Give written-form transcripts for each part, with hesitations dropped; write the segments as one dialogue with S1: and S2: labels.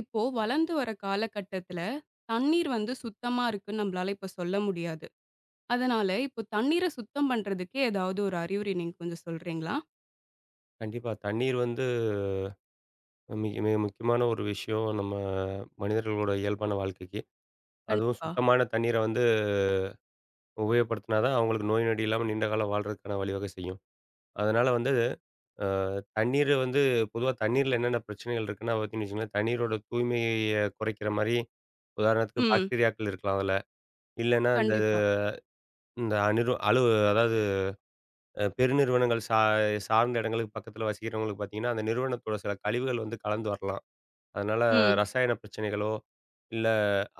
S1: இப்போ வளர்ந்து வர காலகட்டத்துல தண்ணீர் வந்து சுத்தமா இருக்குன்னு நம்மளால இப்ப சொல்ல முடியாது. அதனால இப்போ தண்ணீர சுத்தம் பண்றதுக்கு ஏதாவது ஒரு அறிவுரை நீங்க கொஞ்சம் சொல்றீங்களா?
S2: கண்டிப்பா. தண்ணீர் வந்து மிக மிக முக்கியமான ஒரு விஷயம் நம்ம மனிதர்களோட இயல்பான வாழ்க்கைக்கு. அதுவும்
S1: கண்டிப்பா.
S2: சுத்தமான தண்ணீர வந்து உபயோகப்படுத்தினா தான் அவங்களுக்கு நோய் நொடி இல்லாம நீண்ட காலம் வாழ்றதுக்கான வழிவகை செய்யும். அதனால வந்து அ தண்ணீர் வந்து பொதுவா தண்ணீர்ல என்னென்ன பிரச்சனைகள் இருக்குன்னா பார்த்தீங்கன்னு வச்சுக்கோங்களேன், தண்ணீரோட தூய்மைய குறைக்கிற மாரி உதாரணத்துக்கு
S1: ம்.
S2: பாக்டீரியாக்கள் இருக்கலாம் அதுல. இல்லன்னா இந்த
S1: கண்டிப்பா.
S2: இந்த அணிறு அலு அதாவது பெருநிறுவனங்கள் சார்ந்த இடங்களுக்கு பக்கத்தில வசிக்கிறவங்களுக்கு பார்த்தீங்கன்னா, அந்த நிறுவனத்தோட சில கழிவுகள் வந்து கலந்து வரலாம். அதனால
S1: ம்.
S2: ரசாயன பிரச்சனைகளோ, இல்ல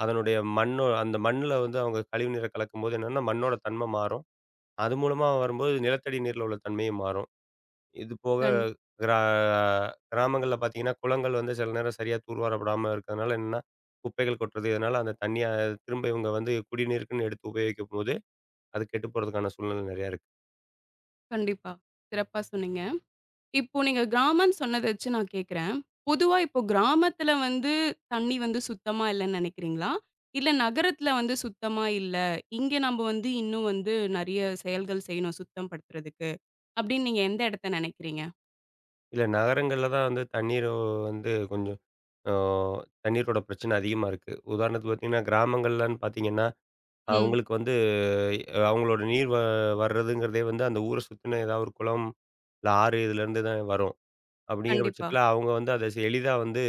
S2: அதனுடைய மண்ணோ அந்த மண்ணுல வந்து அவங்க கழிவு நீரை கலக்கும்போது என்னன்னா, மண்ணோட தன்மை மாறும். அது மூலமா வரும்போது நிலத்தடி நீர்ல உள்ள தன்மையும் மாறும். இது போக
S1: கண்
S2: கிரா கிராமங்கள்ல பார்த்தீங்கன்னா, குளங்கள் வந்து சில நேரம் சரியா தூர்வாரப்படாம இருக்கிறதுனால என்னன்னா, குப்பைகள் கொட்டுறது. இதனால அந்த தண்ணிய திரும்ப இவங்க வந்து குடிநீருக்குன்னு எடுத்து உபயோகிக்கும்போது, அது கெட்டு போறதுக்கான சூழ்நிலை நெறையா இருக்கு.
S1: கண்டிப்பா. சிறப்பா சொன்னீங்க. இப்போ நீங்க கிராமம்ன்னு சொன்னத வச்சு நான் கேட்கிறேன். பொதுவா இப்போ கிராமத்துல வந்து தண்ணி வந்து சுத்தமா இல்லன்னு நினைக்கிறீங்களா? இல்ல நகரத்துல வந்து சுத்தமா இல்ல. இங்க நம்ம வந்து இன்னும் வந்து நெறைய செயல்கள் செய்யணும் சுத்தம் படுத்துறதுக்கு. அப்படின்னு நீங்க எந்த இடத்த நினைக்கிறீங்க?
S2: இல்ல நகரங்கள்ல தான் வந்து தண்ணீர் வந்து கொஞ்சம் அ தண்ணீரோட பிரச்சனை அதிகமா இருக்கு. உதாரணத்துக்கு பார்த்தீங்கன்னா, கிராமங்கள்லன்னு பார்த்தீங்கன்னா
S1: ம்.
S2: அவங்களுக்கு வந்து அ அவங்களோட நீர் வர்றதுங்கிறதே வந்து அந்த ஊர சுத்தின ஏதாவது ஒரு குளம், இல்ல ஆறு இதுலேருந்து தான் வரும். அப்படிங்கிற
S1: கண்டிப்பா.
S2: பட்சத்தில அவங்க வந்து அத எளிதா வந்து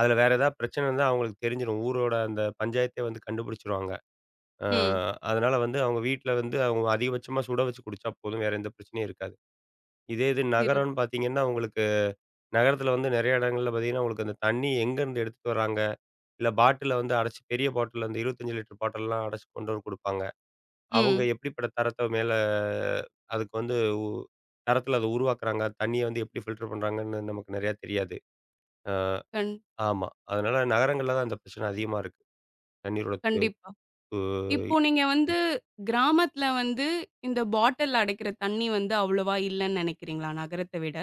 S2: அதில வேற ஏதாவது பிரச்சனை இருந்தா அவங்களுக்கு தெரிஞ்சிரும். ஊரோட அந்த பஞ்சாயத்தே வந்து கண்டுபிடிச்சுருவாங்க. அ
S1: ம்.
S2: அதனால வந்து அவங்க வீட்ல வந்து அவங்க அதிகபட்சமா சுட வச்சு குடிச்சா போதும். வேற எந்த பிரச்சனையும் இருக்காது. இது
S1: சிறப்
S2: நகரம்னு பார்த்தீங்கன்னா, உங்களுக்கு நகரத்தில வந்து நெறைய இடங்கள்ல பார்த்தீங்கன்னா, உங்களுக்கு அந்த தண்ணி எங்கேருந்து எடுத்துட்டு வராங்க, இல்ல பாட்டில வந்து அடைச்சு பெரிய பாட்டில் அந்த 25 லிட்டர் பாட்டில்லாம் அடைச்சு கொண்டு வந்து குடுப்பாங்க. அவங்க
S1: ம்.
S2: எப்படிப்பட்ட தரத்த மேல அதுக்கு வந்து உ தரத்தில அத உருவாக்குறாங்க. தண்ணிய வந்து எப்படி ஃபில்டர் பண்றாங்கன்னு நமக்கு நெறையா தெரியாது. அ
S1: கண்
S2: ஆமா. அதனால நகரங்கள்ல தான் அந்த பிரச்சனை அதிகமா இருக்கு. தண்ணீரோட
S1: கண்டிப்பா. இப்போ நீங்க வந்து கிராமத்துல வந்து இந்த பாட்டில் அடைக்கிற தண்ணி வந்து அவ்வளவா இல்லன்னு நெனைக்கிறீங்களா? நகரத்த விட.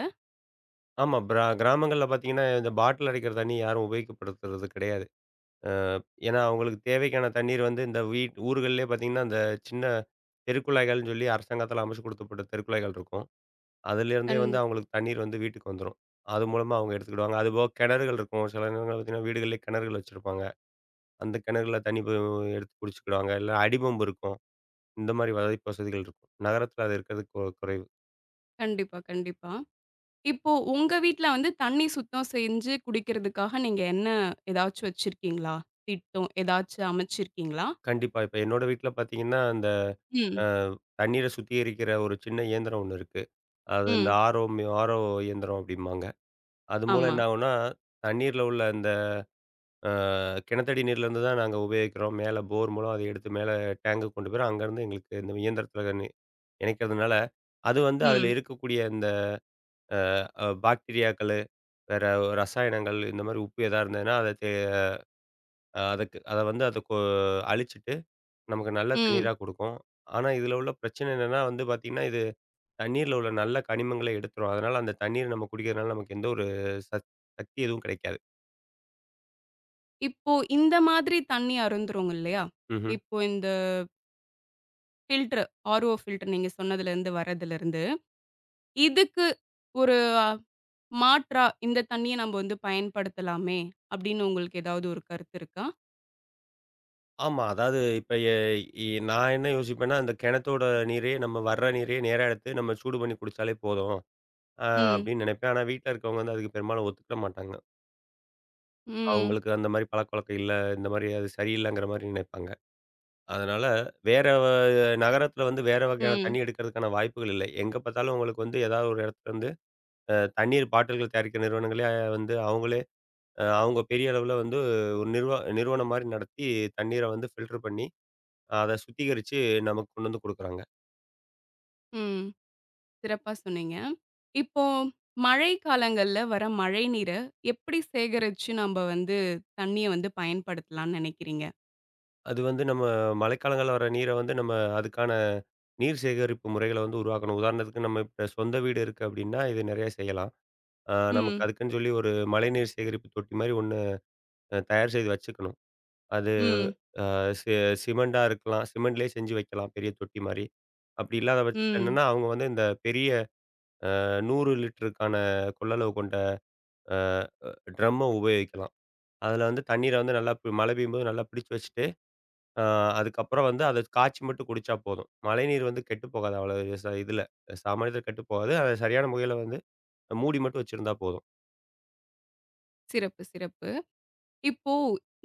S2: ஆமா. கிராமங்கள்ல பார்த்தீங்கன்னா, இந்த பாட்டில் அடைக்கிற தண்ணி யாரும் உபயோகப்படுத்துறது கிடையாது. அ ஏன்னா அவங்களுக்கு தேவைக்கான தண்ணீர் வந்து இந்த ஊர்கள்லயே பார்த்தீங்கன்னா, அந்த சின்ன தெருக்குழாய்கள்னு சொல்லி அரசாங்கத்தால அமைச்சு குடுத்தப்பட்ட தெருக்குழாய்கள் இருக்கும். அதுலேருந்தே
S1: கண்
S2: வந்து அவங்களுக்கு தண்ணீர் வந்து வீட்டுக்கு வந்துரும். அது மூலமா அவங்க எடுத்துக்கிடுவாங்க. அதுபோக கிணறுகள் இருக்கும். சில நேரங்கள்ல பார்த்தீங்கன்னா, வீடுகள்லயே கிணறுகள் வச்சிருப்பாங்க. அந்த கிணறுல தண்ணி எடுத்து குடிச்சுக்கிடுவாங்க. இல்ல அடி பம்ப் இருக்கும். இந்த மாரி வாய்ப்பு வசதிகள் இருக்கும். நகரத்தில அது இருக்கிறது குறைவு.
S1: கண்டிப்பா, கண்டிப்பா. இப்போ உங்க வீட்ல வந்து தண்ணி சுத்தம் செஞ்சு குடிக்கிறதுக்காக நீங்க என்ன ஏதாச்சும் வச்சிருக்கீங்களா? திட்டம் ஏதாச்சும் அமைச்சிருக்கீங்களா?
S2: கண்டிப்பா. இப்ப என்னோட வீட்ல பார்த்தீங்கன்னா, அந்த
S1: ம்.
S2: அ தண்ணீர சுத்திகரிக்கிற ஒரு சின்ன இயந்திரம் ஒண்ணு இருக்கு. அது இந்த
S1: ம்.
S2: ஆரோ, ஆரோ இயந்திரம் அப்படிம்பாங்க. அது மூலம்
S1: ஆமா.
S2: என்ன ஆகும்னா, தண்ணீர்ல உள்ள அ கிணத்தடி நீர்லேருந்து தான் நாங்க உபயோகிக்கிறோம். மேல போர் மூலம் அதை எடுத்து மேல டேங்குக்கு கொண்டு போயிறோம். அங்கேருந்து எங்களுக்கு இந்த இயந்திரத்தில இணைக்கிறதுனால, அது வந்து அதில
S1: ம்.
S2: இருக்கக்கூடிய இந்த அ அ பாக்டீரியாக்களு, வேற ரசாயனங்கள் இந்த மாரி உப்பு எதா இருந்ததுன்னா, அத அதுக்கு அத வந்து அத அழிச்சிட்டு நமக்கு நல்ல
S1: ம்.
S2: தண்ணீரா குடுக்கும். ஆனா, இதில உள்ள பிரச்சனை என்னன்னா வந்து பார்த்தீங்கன்னா, இது தண்ணீர்ல உள்ள நல்ல கனிமங்கள எடுத்துரும். அதனால அந்த தண்ணீர் நம்ம குடிக்கிறதுனால நமக்கு எந்த ஒரு சத் சக்தி எதுவும் கிடைக்காது.
S1: இப்போ இந்த மாதிரி தண்ணி அருந்துறோங்க இல்லையா?
S2: ம்ஹ்ம்.
S1: இப்போ இந்த ஃபில்டர், ஆர்ஓ ஃபில்டர் நீங்க சொன்னதுலருந்து வரதுலருந்து. இதுக்கு ஒரு அஹ், மாற்றா, இந்த தண்ணீய நம்ம வந்து பயன்படுத்தலாமே! அப்படின்னு உங்களுக்கு ஏதாவது ஒரு கருத்து இருக்கா?
S2: ஆமா. அதாவது இப்ப எ இ நான் என்ன யோசிப்பேன்னா, அந்த கிணத்தோட நீரே நம்ம வர்ற நீரே நேரா எடுத்து நம்ம சூடு பண்ணி குடிச்சாலே போதும். அ
S1: ம்.
S2: அப்படின்னு நினைப்பேன். ஆனா வீட்ல இருக்கவங்க வந்து அதுக்கு பெரும்பாலும் ஒத்துக்கிட மாட்டாங்க.
S1: ம்.
S2: அவங்களுக்கு அந்த மாரி பழக்கவழக்கம் இல்ல. இந்த மாரி அது சரியில்லங்கிற மாரி நினைப்பாங்க. அதனால வேற நகரத்துல வந்து வேற வகையான
S1: ம்.
S2: தண்ணி எடுக்கிறதுக்கான வாய்ப்புகள் இல்லை. எங்க பார்த்தாலும் உங்களுக்கு வந்து ஏதாவது ஒரு இடத்துல வந்து தண்ணீர் பாட்டில்கள் தயாரிக்கிற நிறுவனங்களே வந்து அவங்களே அவங்க பெரிய அளவுல வந்து ஒரு நிறுவனம் மாரி நடத்தி தண்ணீர வந்து ஃபில்டர் பண்ணி அத சுத்திகரிச்சு நமக்கு கொண்டு வந்து குடுக்குறாங்க.
S1: ம். சிறப்பா சொன்னீங்க. இப்போ மழை காலங்கள்ல வர மழை நீர எப்படி சேகரிச்சு நம்ப வந்து தண்ணீய வந்து பயன்படுத்தலாம்ன்னு நினைக்கிறீங்க?
S2: அது வந்து நம்ம மழைக்காலங்கள்ல வர நீர வந்து நம்ம அதுக்கான நீர் சேகரிப்பு முறைகள வந்து உருவாக்கணும். உதாரணத்துக்கு நம்ம இப்ப சொந்த வீடு இருக்கு அப்டின்னா, இது நெறைய செய்யலாம். நமக்கு
S1: ம்.
S2: அதுக்குன்னு சொல்லி ஒரு மழைநீர் சேகரிப்பு தொட்டி மாரி ஒண்ணு தயார் செய்து வச்சுக்கணும். அது
S1: ம்.
S2: சி சிமெண்டா இருக்கலாம். சிமெண்ட்லேயே செஞ்சு வைக்கலாம் பெரிய தொட்டி மாரி. அப்டி இல்லாத பட்சத்தில
S1: ம்.
S2: என்னன்னா, அவங்க வந்து இந்த பெரிய 100 லிட்டருக்கான கொள்ளளவு கொண்ட அ ட்ரம்ம உபயோகிக்கலாம். அதுல வந்து தண்ணீர வந்து நல்லா மழை பெய்யும்போது நல்லா பிடிச்சு வச்சுட்டு ஆ அதுக்கப்புறம் வந்து அத காய்ச்சி மட்டும் குடிச்சா போதும். மழைநீர் வந்து கெட்டு போகாது அவ்வளவு இதுல. சாமானியத்துல கெட்டு போகாது. அத சரியான முறையில வந்து மூடி மட்டும் வச்சிருந்தா போதும்.
S1: சிறப்பு, சிறப்பு. இப்போ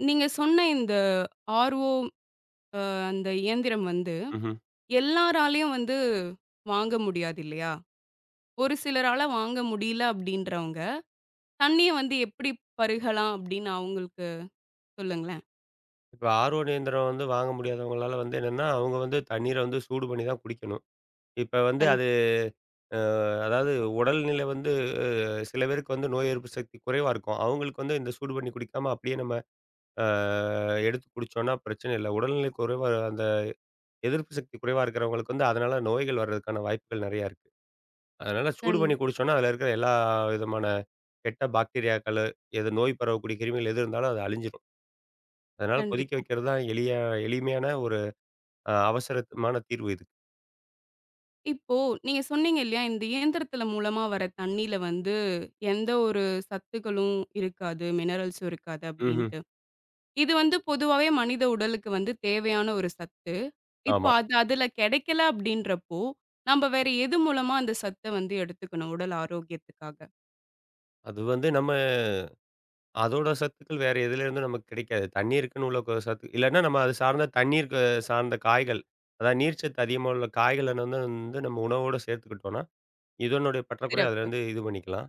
S1: நீங்க சொன்ன இந்த ஆர்ஓ அந்த இயந்திரம் வந்து
S2: ம்ஹ்ம்.
S1: எல்லாராலயும் வந்து வாங்க முடியாது இல்லையா? ஒரு சிலரால வாங்க முடியல அப்படின்றவங்க, தண்ணீய வந்து எப்படி பருகலாம் அப்படின்னு அவங்களுக்கு சொல்லுங்களேன்?
S2: இப்ப ஆர்ஓ இயந்திரம் வந்து வாங்க முடியாதவங்களால வந்து என்னன்னா, அவங்க வந்து தண்ணீர வந்து சூடு பண்ணி தான் குடிக்கணும். இப்ப வந்து
S1: கண்
S2: அது அ அதாவது உடல்நிலை வந்து சில பேருக்கு வந்து நோய் எதிர்ப்பு சக்தி குறைவா இருக்கும். அவங்களுக்கு வந்து இந்த சூடு பண்ணி குடிக்காம அப்படியே நம்ம அ எடுத்து குடிச்சோம்னா பிரச்சனை இல்ல. உடல்நிலை குறைவா அந்த எதிர்ப்பு சக்தி குறைவா இருக்கிறவங்களுக்கு வந்து அதனால நோய்கள் வர்றதுக்கான வாய்ப்புகள் நெறையா இருக்கு. அதனால சூடு
S1: கண்
S2: பண்ணி குடிச்சோம்னா, அதுல இருக்கிற எல்லா விதமான கெட்ட பாக்டீரியாக்களு, எது நோய் பரவக்கூடிய கிருமிகள் எது இருந்தாலும் அது அழிஞ்சிரும். அதனால கொதிக்க
S1: கண்டிப்பா.
S2: வைக்கிறது தான் எளிய எளிமையான ஒரு அவசரமான தீர்வு இதுக்கு.
S1: இப்போ நீங்க சொன்னீங்க இல்லையா? இந்த இயந்திரத்தில மூலமா வர தண்ணீல வந்து எந்த ஒரு சத்துக்களும் இருக்காது, மினரல்ஸும் இருக்காது
S2: ம்ஹ்ம்.
S1: அப்படின்ட்டு. இது வந்து பொதுவாவே மனித உடலுக்கு வந்து தேவையான ஒரு சத்து. இப்போ
S2: ஆமா.
S1: அது அதுல கிடைக்கல அப்படின்றப்போ, நம்ப வேற எது மூலமா அந்த சத்த வந்து எடுத்துக்கணும் உடல் ஆரோக்கியத்துக்காக?
S2: அது வந்து நம்ம அதோட சத்துக்கள் வேற எதுலேருந்தும் நமக்கு கிடைக்காது. தண்ணீருக்குன்னு உள்ள சத்து இல்லன்னா நம்ம அது சார்ந்த தண்ணீருக்கு சார்ந்த காய்கள், அதாவது நீர்ச்சத்து அதிகமா உள்ள காய்கள வந்து வந்து நம்ம உணவோட சேர்த்துக்கிட்டோம்னா, இதனுடைய பற்றாக்குறைய
S1: சிறப்பு.
S2: அதுலேருந்து இது பண்ணிக்கலாம்.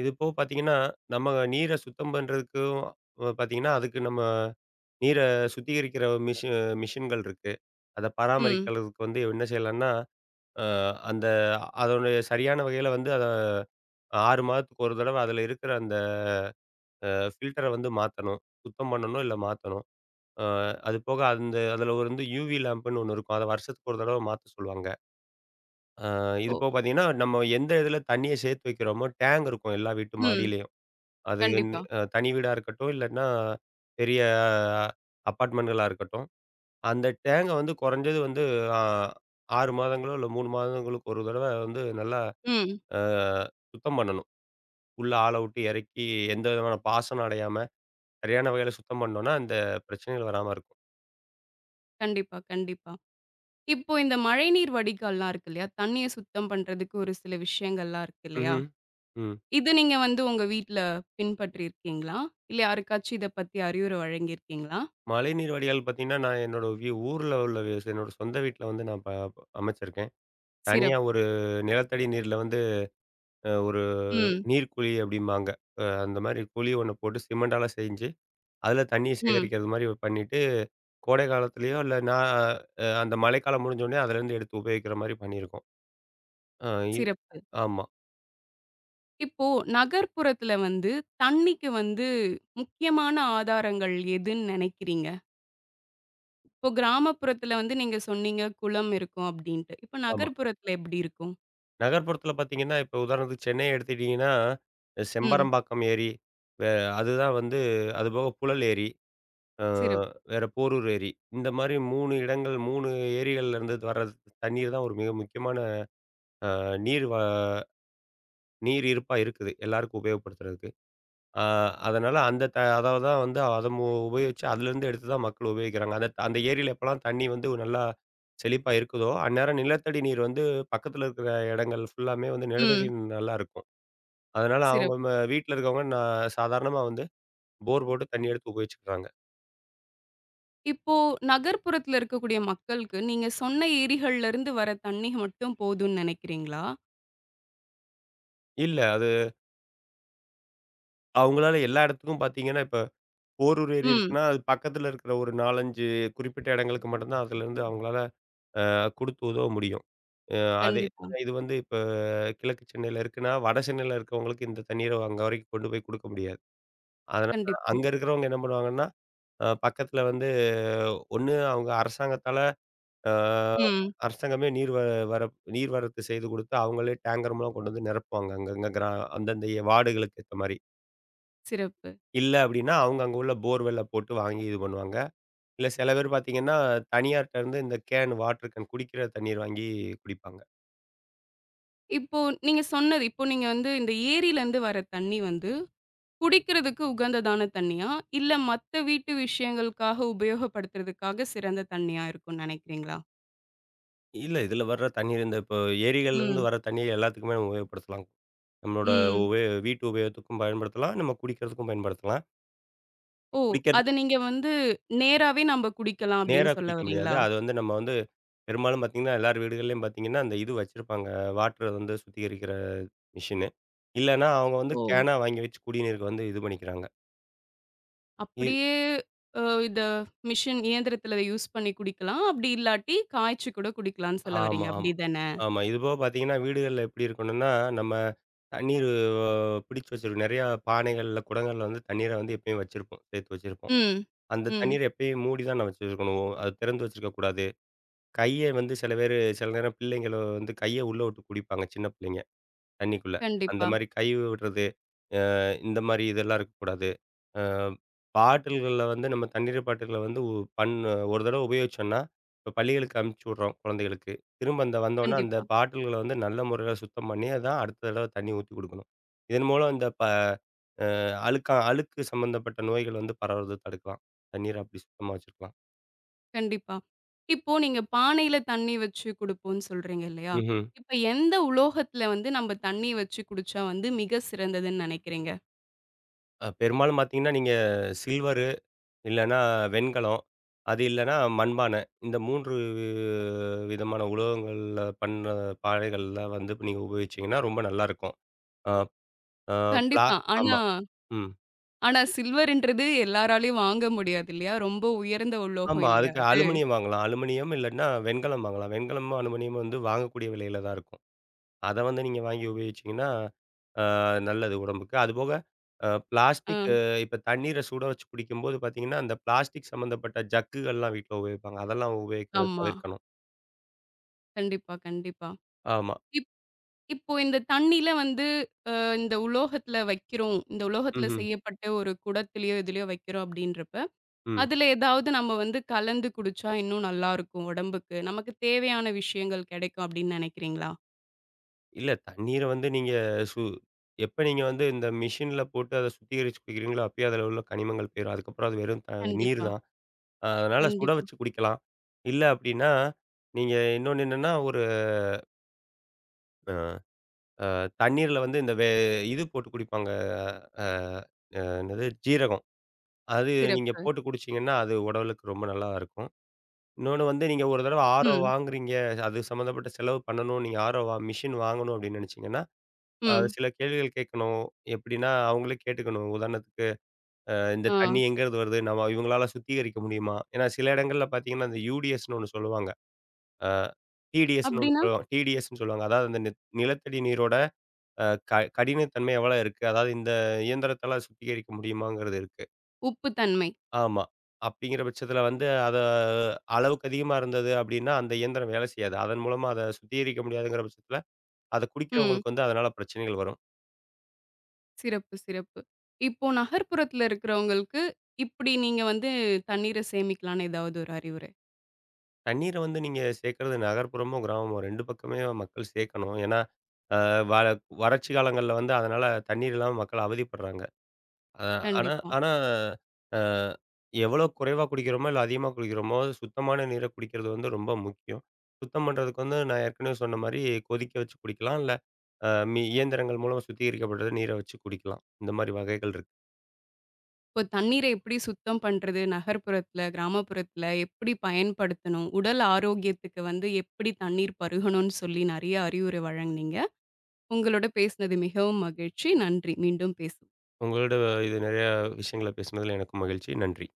S2: இது போக பார்த்தீங்கன்னா, நம்ம நீர சுத்தம் பண்றதுக்கும் பார்த்தீங்கன்னா, அதுக்கு நம்ம நீர சுத்திகரிக்கிற மிஷின்கள் இருக்கு. அத
S1: ம்.
S2: பராமரிக்கிறதுக்கு வந்து என்ன செய்யலான்னா, அ அந்த அதனுடைய சரியான வகையில வந்து அத 6 மாதத்துக்கு ஒரு தடவ அதில இருக்கிற அந்த ஃபில்டர வந்து மாத்தணும். சுத்தம் பண்ணணும் இல்ல மாத்தணும். அ அது போக அந்த அதில வந்து யூவி லேம்ப்ன்னு ஒண்ணு இருக்கும். அத வருஷத்துக்கு ஒரு தடவ மாத்த சொல்லுவாங்க. அ இது
S1: ஓ!
S2: போக பார்த்தீங்கன்னா, நம்ம எந்த இதில தண்ணிய சேர்த்து வைக்கிறோமோ, டேங்க் இருக்கும் எல்லா வீட்டு
S1: ம்.
S2: மாடியிலயும். அது
S1: கண்டிப்பா.
S2: தனி வீடா இருக்கட்டும், இல்லாட்டினா பெரிய அ அபார்ட்மெண்ட்களா இருக்கட்டும். அந்த தேங்கா வந்து குறைஞ்சது வந்து ஆ 6 மாதங்களோ இல்ல 3 மாதங்களுக்கு ஒரு தடவ வந்து நல்லா
S1: ம்.
S2: அ சுத்தம் பண்ணணும். உள்ள ஆள விட்டு இறக்கி எந்த விதமான பாசனம் அடையாம சரியான வகையில சுத்தம் பண்ணோம்னா, அந்த பிரச்சனைகள் வராம இருக்கும்.
S1: கண்டிப்பா, கண்டிப்பா. இப்போ இந்த மழைநீர் வடிகால்லாம் இருக்கு இல்லையா? தண்ணீய சுத்தம் பண்றதுக்கு ஒரு சில விஷயங்கள்லாம் இருக்கு இல்லையா?
S2: ம்ஹ்ம். ம்.
S1: இது நீங்க வந்து உங்க வீட்ல பின்பற்றியிருக்கீங்களா? இல்ல யாருக்காச்சும் இத பத்தி அறிவுரை வழங்கியிருக்கீங்களா?
S2: மழைநீர் வடிகால் பார்த்தீங்கன்னா, நான் என்னோட ஊர்ல உள்ள என்னோட சொந்த வீட்ல வந்து நான் ப ப- அமைச்சிருக்கேன். தனியா
S1: சிறப்பு.
S2: ஒரு நிலத்தடி நீர்ல வந்து ஒரு
S1: ம்,
S2: நீர்க்குழி அப்படிம்பாங்க. அந்த மாரி குழி ஒண்ணு போட்டு சிமெண்டால செஞ்சு, அதில தண்ணீய
S1: ம்.
S2: சேகரிக்கிறது மாரி பண்ணிட்டு கோடை காலத்துலயோ இல்ல நான் அந்த மழைக்காலம் முடிஞ்சோனே அதுலேருந்து எடுத்து உபயோகிக்கிற மாரி பண்ணியிருக்கோம். அ இ
S1: சிறப்பு.
S2: ஆமா,
S1: இப்போ நகர்ப்புறத்துல வந்து தண்ணிக்கு வந்து முக்கியமான ஆதாரங்கள் எதுன்னு நெனைக்கிறீங்க? இப்போ கிராமப்புறத்துல வந்து நீங்க சொன்னீங்க குளம் இருக்கும் அப்டின்ட்டு. இப்ப
S2: ஆமா.
S1: நகர்ப்புறத்துல எப்டி இருக்கும்?
S2: நகர்ப்புறத்தில பார்த்தீங்கன்னா, இப்ப உதாரணத்துக்கு சென்னைய எடுத்துக்கிட்டீங்கன்னா,
S1: ம்.
S2: செம்பரம்பாக்கம் ஏரி, வே அதுதான் வந்து அதுபோக புழல் ஏரி, அ
S1: சிறப்பு.
S2: வேற போரூர் ஏரி. இந்த மாரி 3 இடங்கள் 3 ஏரிகள்லேருந்து வர்ற தண்ணீர் தான் ஒரு மிக முக்கியமான அஹ், நீர் வ நீர் இருப்பா இருக்குது. எல்லாருக்கும் உபயோகப்படுத்துறதுக்கு. ஆ அதனால அந்த அத தான் வந்து அத உபயோகிச்சு அதுலேருந்து எடுத்து தான் மக்கள் உபயோகிக்கிறாங்க. அந்த அந்த ஏரியில எப்பலாம் தண்ணி வந்து நல்லா செழிப்பா இருக்குதோ, அந்நேரம் நிலத்தடி நீர் வந்து பக்கத்தில இருக்கிற இடங்கள் ஃபுல்லாமே வந்து நிலத்தடி
S1: ம்.
S2: நீர் நல்லா இருக்கும். அதனால அவங்க
S1: சிறப்பு.
S2: வீட்ல இருக்கவங்க நான் சாதாரணமா வந்து போர் போட்டு தண்ணி எடுத்து உபயோகிச்சுக்கிறாங்க.
S1: இப்போ நகர்ப்புறத்துல இருக்கக்கூடிய மக்களுக்கு, நீங்க சொன்ன ஏரிகள்ல இருந்து வர தண்ணி மட்டும் போதும்னு நினைக்கிறீங்களா?
S2: இல்ல அது அவங்களால எல்லா இடத்துக்கும் பார்த்தீங்கன்னா, இப்ப போரூர் ஏரி
S1: ம்.
S2: இருக்குன்னா, அது பக்கத்தில இருக்கிற ஒரு 4, 5 குறிப்பிட்ட இடங்களுக்கு மட்டும் தான் அதுலேருந்து அவங்களால குடுத்து உதவ முடியும். அ அதே
S1: கண்டிப்பா,
S2: இது வந்து இப்ப கிழக்கு சென்னையில இருக்குன்னா, வட சென்னையில இருக்கவங்களுக்கு இந்த தண்ணீர அங்க வரைக்கும் கொண்டு போய் குடுக்க முடியாது. அதனால
S1: கண்டிப்பா.
S2: அங்க இருக்கிறவங்க என்ன பண்ணுவாங்கன்னா, பக்கத்துல வந்து ஒண்ணு அவங்க அரசாங்கத்தால அ
S1: ம்.
S2: அரசாங்கமே நீர் வ வர நீர் வரத்து செய்து குடுத்து, அவங்களே டேங்கர் மூலம் கொண்டு வந்து நிரப்புவாங்க. அங்கங்க அந்தந்த வார்டுகளுக்கு ஏத்த மாரி.
S1: சிறப்பு.
S2: இல்ல அப்டின்னா, அவங்க அங்க உள்ள போர்வெல்ல போட்டு வாங்கி இது பண்ணுவாங்க. இல்ல சில பேர் பார்த்தீங்கன்னா, தனியார்ட்ட இருந்து இந்த கேன், வாட்டர் கேன் குடிக்கிற தண்ணீர் வாங்கி குடிப்பாங்க.
S1: இப்போ நீங்க சொன்னது இப்போ நீங்க வந்து இந்த ஏரியிலருந்து வர தண்ணி வந்து, குடிக்கிறதுக்கு உகந்ததான தண்ணியா? இல்ல மத்த வீட்டு விஷயங்களுக்காக உபயோகப்படுத்துறதுக்காக சிறந்த தண்ணியா இருக்கும்னு நினைக்கிறீங்களா?
S2: இல்ல இதுல வர்ற தண்ணீர் இந்த இப்போ ஏரிகள்ல இருந்து
S1: ம்.
S2: வர தண்ணீர் எல்லாத்துக்குமே நம்ம உபயோகப்படுத்தலாம். நம்மளோட
S1: ம்.
S2: வீட்டு உபயோகத்துக்கும் பயன்படுத்தலாம். நம்ம குடிக்கிறதுக்கும் பயன்படுத்தலாம்.
S1: ஓ! அத
S2: குடிக்கிறதுக்கு
S1: நீங்க வந்து நேராவே நம்ப குடிக்கலாம்
S2: நேரா
S1: அப்படின்னு சொல்ல
S2: குடிக்க முடியாது.
S1: வரீங்களா?
S2: அது வந்து நம்ம வந்து பெரும்பாலும் பார்த்தீங்கன்னா, எல்லார் வீடுகள்லயும் பார்த்தீங்கன்னா, அந்த இது வச்சிருப்பாங்க. வாட்டர வந்து சுத்திகரிக்கிற மிஷினு. இல்லன்னா, அவங்க வந்து
S1: ஓ!
S2: கேனா வாங்கி வச்சு குடிநீருக்கு வந்து இது பண்ணிக்கிறாங்க. இ
S1: அப்படியே அ இந்த மிஷின் இயந்திரத்துல அத யூஸ் பண்ணி குடிக்கலாம். அப்படி இல்லாட்டி காய்ச்சி கூட குடிக்கலாம்ன்னு சொல்ல
S2: ஆமா,
S1: வர்றீங்க.
S2: ஆமா.
S1: அப்படிதானே?
S2: ஆமா. இதுபோக பார்த்தீங்கன்னா, வீடுகள்ல எப்படி இருக்கணும்னா, நம்ம தண்ணீர் அ பிடிச்சு வச்சிருக்கோம். நெறையா பானைகள்ல, குடங்கள்ல வந்து தண்ணீர வந்து எப்பயும் வச்சிருப்போம். சேர்த்து வச்சிருப்போம்.
S1: ம்.
S2: அந்த
S1: ம்.
S2: தண்ணீர எப்பயும் மூடி தான் நான் வச்சிருக்கணும். அது திறந்து வச்சிருக்கக்கூடாது. கைய வந்து சில பேரு சில நேரம் பிள்ளைங்கள வந்து கைய உள்ள விட்டு குடிப்பாங்க சின்ன பிள்ளைங்க, தண்ணிக்குள்ள. அந்த
S1: கண்டிப்பா,
S2: மாரி கை விடுறது, இந்த மாரி இதெல்லாம் இருக்கக்கூடாது. அ பாட்டில்கள்ல வந்து நம்ம தண்ணீர் பாட்டில்கள வந்து உ பண் ஒரு தடவ உபயோகிச்சோம்னா, இப்ப பள்ளிகளுக்கு அனுப்பிச்சு விடுறோம் குழந்தைகளுக்கு. திரும்ப அந்த வந்தோனே அந்த
S1: கண்டிப்பா,
S2: பாட்டில்கள வந்து நல்ல முறையில சுத்தம் பண்ணி தான் அடுத்த தடவ தண்ணி ஊத்தி குடுக்கணும். இதன் மூலம் இந்த ப அழுக்கா அழுக்கு சம்மந்தப்பட்ட நோய்கள் வந்து பரவுறத தடுக்கலாம். தண்ணீர அப்படி சுத்தமா வச்சுக்கலாம்.
S1: கண்டிப்பா. இப்போ நீங்க பானையில தண்ணி வச்சு குடுப்போம்ன்னு சொல்றீங்க இல்லையா?
S2: ம்ஹ்ம்.
S1: இப்ப எந்த உலோகத்துல வந்து நம்ம தண்ணி வச்சு குடிச்சா வந்து மிக சிறந்ததுன்னு நெனைக்கிறீங்க?
S2: பெரும்பாலும் பார்த்தீங்கன்னா, நீங்க சில்வர் இல்லன்னா வெண்கலம். அது இல்லன்னா மண்பானை. இந்த 3 விதமான உலோகங்கள்ல பண்ண பானைகள்ல வந்து நீங்க உபயோகிச்சீங்கன்னா ரொம்ப நல்லாருக்கும். அ அ பிளா
S1: கண்டிப்பா.
S2: ஆமா.
S1: ஆனா
S2: ம்.
S1: ஆனா சில்வர்ன்றது எல்லாராலயும் வாங்க முடியாது இல்லையா? ரொம்ப உயர்ந்த உலோகம்
S2: ஆமா.
S1: இல்லையா
S2: அதுக்கு
S1: அது?
S2: அலுமினியம் வாங்கலாம். அலுமினியம் இல்லன்னா வெண்கலம் வாங்கலாம். வெண்கலமும், அலுமினியமும் வந்து வாங்கக்கூடிய விலையில தான் இருக்கும். அத வந்து நீங்க வாங்கி உபயோகிச்சீங்கன்னா, அ நல்லது உடம்புக்கு. அதுபோக
S1: அ
S2: பிளாஸ்டிக் இப்ப தண்ணீர சுட வச்சு குடிக்கும்போது பார்த்தீங்கன்னா, அந்த பிளாஸ்டிக் சம்மந்தப்பட்ட ஜக்குகள்லாம் வீட்ல உபயோகிப்பாங்க. அதெல்லாம் உபயோகிக்கிறத
S1: ஆமா.
S2: தவிர்க்கணும்.
S1: கண்டிப்பா, கண்டிப்பா.
S2: ஆமா.
S1: இப் இப்போ இந்த தண்ணில வந்து இந்த உலோகத்துல வைக்கிறோம். இந்த உலோகத்துல
S2: ம்ஹ்ம்.
S1: செய்யப்பட்ட ஒரு குடத்துலயோ, இதுலயோ வைக்கிறோம் அப்படின்றப்ப,
S2: ம்.
S1: அதுல ஏதாவது நம்ம வந்து கலந்து குடிச்சா இன்னும் நல்லாருக்கும் உடம்புக்கு. நமக்கு தேவையான விஷயங்கள் கிடைக்கும் அப்படின்னு நினைக்கிறீங்களா?
S2: இல்ல தண்ணீர வந்து நீங்க சு எப்ப நீங்க வந்து இந்த மிஷின்ல போட்டு அத சுத்திகரிச்சு குடிக்கிறீங்களோ, அப்பயே அதில உள்ள கனிமங்கள் போயிரும். அதுக்கப்புறம் அது வெறும் நீர்
S1: கண்டிப்பா,
S2: தான். அதனால சுட
S1: கண்டிப்பா.
S2: வச்சு குடிக்கலாம். இல்ல அப்டின்னா, நீங்க இன்னொன்னு என்னன்னா, ஒரு அ தண்ணீர்ல வந்து இந்த இது போட்டு குடிப்பாங்க. அ அ என்னது ஜீரகம். அது நீங்க
S1: சிறப்பு.
S2: போட்டு குடிச்சீங்கன்னா, அது உடலுக்கு ரொம்ப நல்லா இருக்கும். இன்னொன்னு வந்து நீங்க ஒரு தடவ ஆரோ
S1: ம்,
S2: வாங்குறீங்க. அது சம்மந்தப்பட்ட செலவு பண்ணணும். நீங்க ஆரோ மிஷின் வாங்கணும் அப்டின்னு நெனச்சீங்கன்னா அது
S1: ம்.
S2: சில கேள்விகள் கேட்கணும். எப்படின்னா, அவங்களே கேட்டுக்கணும். உதாரணத்துக்கு, இந்த
S1: ஆ.
S2: தண்ணி எங்கேருந்து வருது? நம்ம இவங்களால சுத்திகரிக்க முடியுமா? ஏன்னா சில இடங்கள்ல பார்த்தீங்கன்னா, இந்த யுடிஎஸ்ன்னு ஒண்ணு சொல்லுவாங்க. அ டிடிஎஸ்ன்னு ஒண்ணு
S1: அப்படின்னா,
S2: சொல்லுவாங்க. டிடிஎஸ்ன்னு சொல்லுவாங்க. அதாவது அந்த நிலத்தடி நீரோட அ கடினத்தன்மை எவ்வளோ இருக்கு? அதாவது இந்த இயந்திரத்தால சுத்திகரிக்க முடியுமாங்கிறது இருக்கு.
S1: உப்பு தன்மை.
S2: ஆமா. அப்படிங்கிற பட்சத்தில வந்து அத அளவுக்கு அதிகமா இருந்தது அப்படின்னா, அந்த இயந்திரம் வேலை செய்யாது. அதன் மூலமா அத சுத்திகரிக்க முடியாதுங்கிற பட்சத்தில, அத
S1: ம்.
S2: குடிக்கிறவங்களுக்கு வந்து அதனால பிரச்சனைகள் வரும்.
S1: சிறப்பு, சிறப்பு. இப்போ நகர்ப்புறத்துல இருக்கிறவங்களுக்கு, இப்படி நீங்க வந்து தண்ணீர சேமிக்கலான்னு ஏதாவது ஒரு அறிவுரை?
S2: தண்ணீர வந்து நீங்க சேர்க்கிறது நகர்ப்புறமும், கிராமமும் 2 பக்கமே மக்கள் சேர்க்கணும். ஏன்னா, அ வ வறட்சி காலங்கள்ல வந்து அதனால தண்ணீர் இல்லாம மக்கள் அவதிப்படுறாங்க. அ ஆனா
S1: கண்டிப்பா.
S2: ஆனா அ எவ்வளோ குறைவா குடிக்கிறோமோ, இல்ல அதிகமா குடிக்கிறோமோ, சுத்தமான நீர குடிக்கிறது வந்து ரொம்ப முக்கியம். சுத்தம் பண்றதுக்கு வந்து நான் ஏற்கனவே சொன்ன மாரி கொதிக்க வச்சு குடிக்கலாம். இல்ல அ மி இயந்திரங்கள் மூலம் சுத்திகரிக்கப்பட்டது நீரை வச்சு குடிக்கலாம். இந்த மாரி வகைகள் இருக்கு.
S1: இப்போ தண்ணீரை எப்படி சுத்தம் பண்றது? நகர்ப்புறத்துல, கிராமப்புறத்துல எப்படி பயன்படுத்தணும்? உடல் ஆரோக்கியத்துக்கு வந்து எப்படி தண்ணீர் பருகணும்னு சொல்லி நெறைய அறிவுரை வழங்குனீங்க. உங்களோட பேசினது மிகவும் மகிழ்ச்சி. நன்றி. மீண்டும் பேச
S2: உங்களோட இது நெறைய விஷயங்கள பேசினதுல எனக்கும் மகிழ்ச்சி. நன்றி.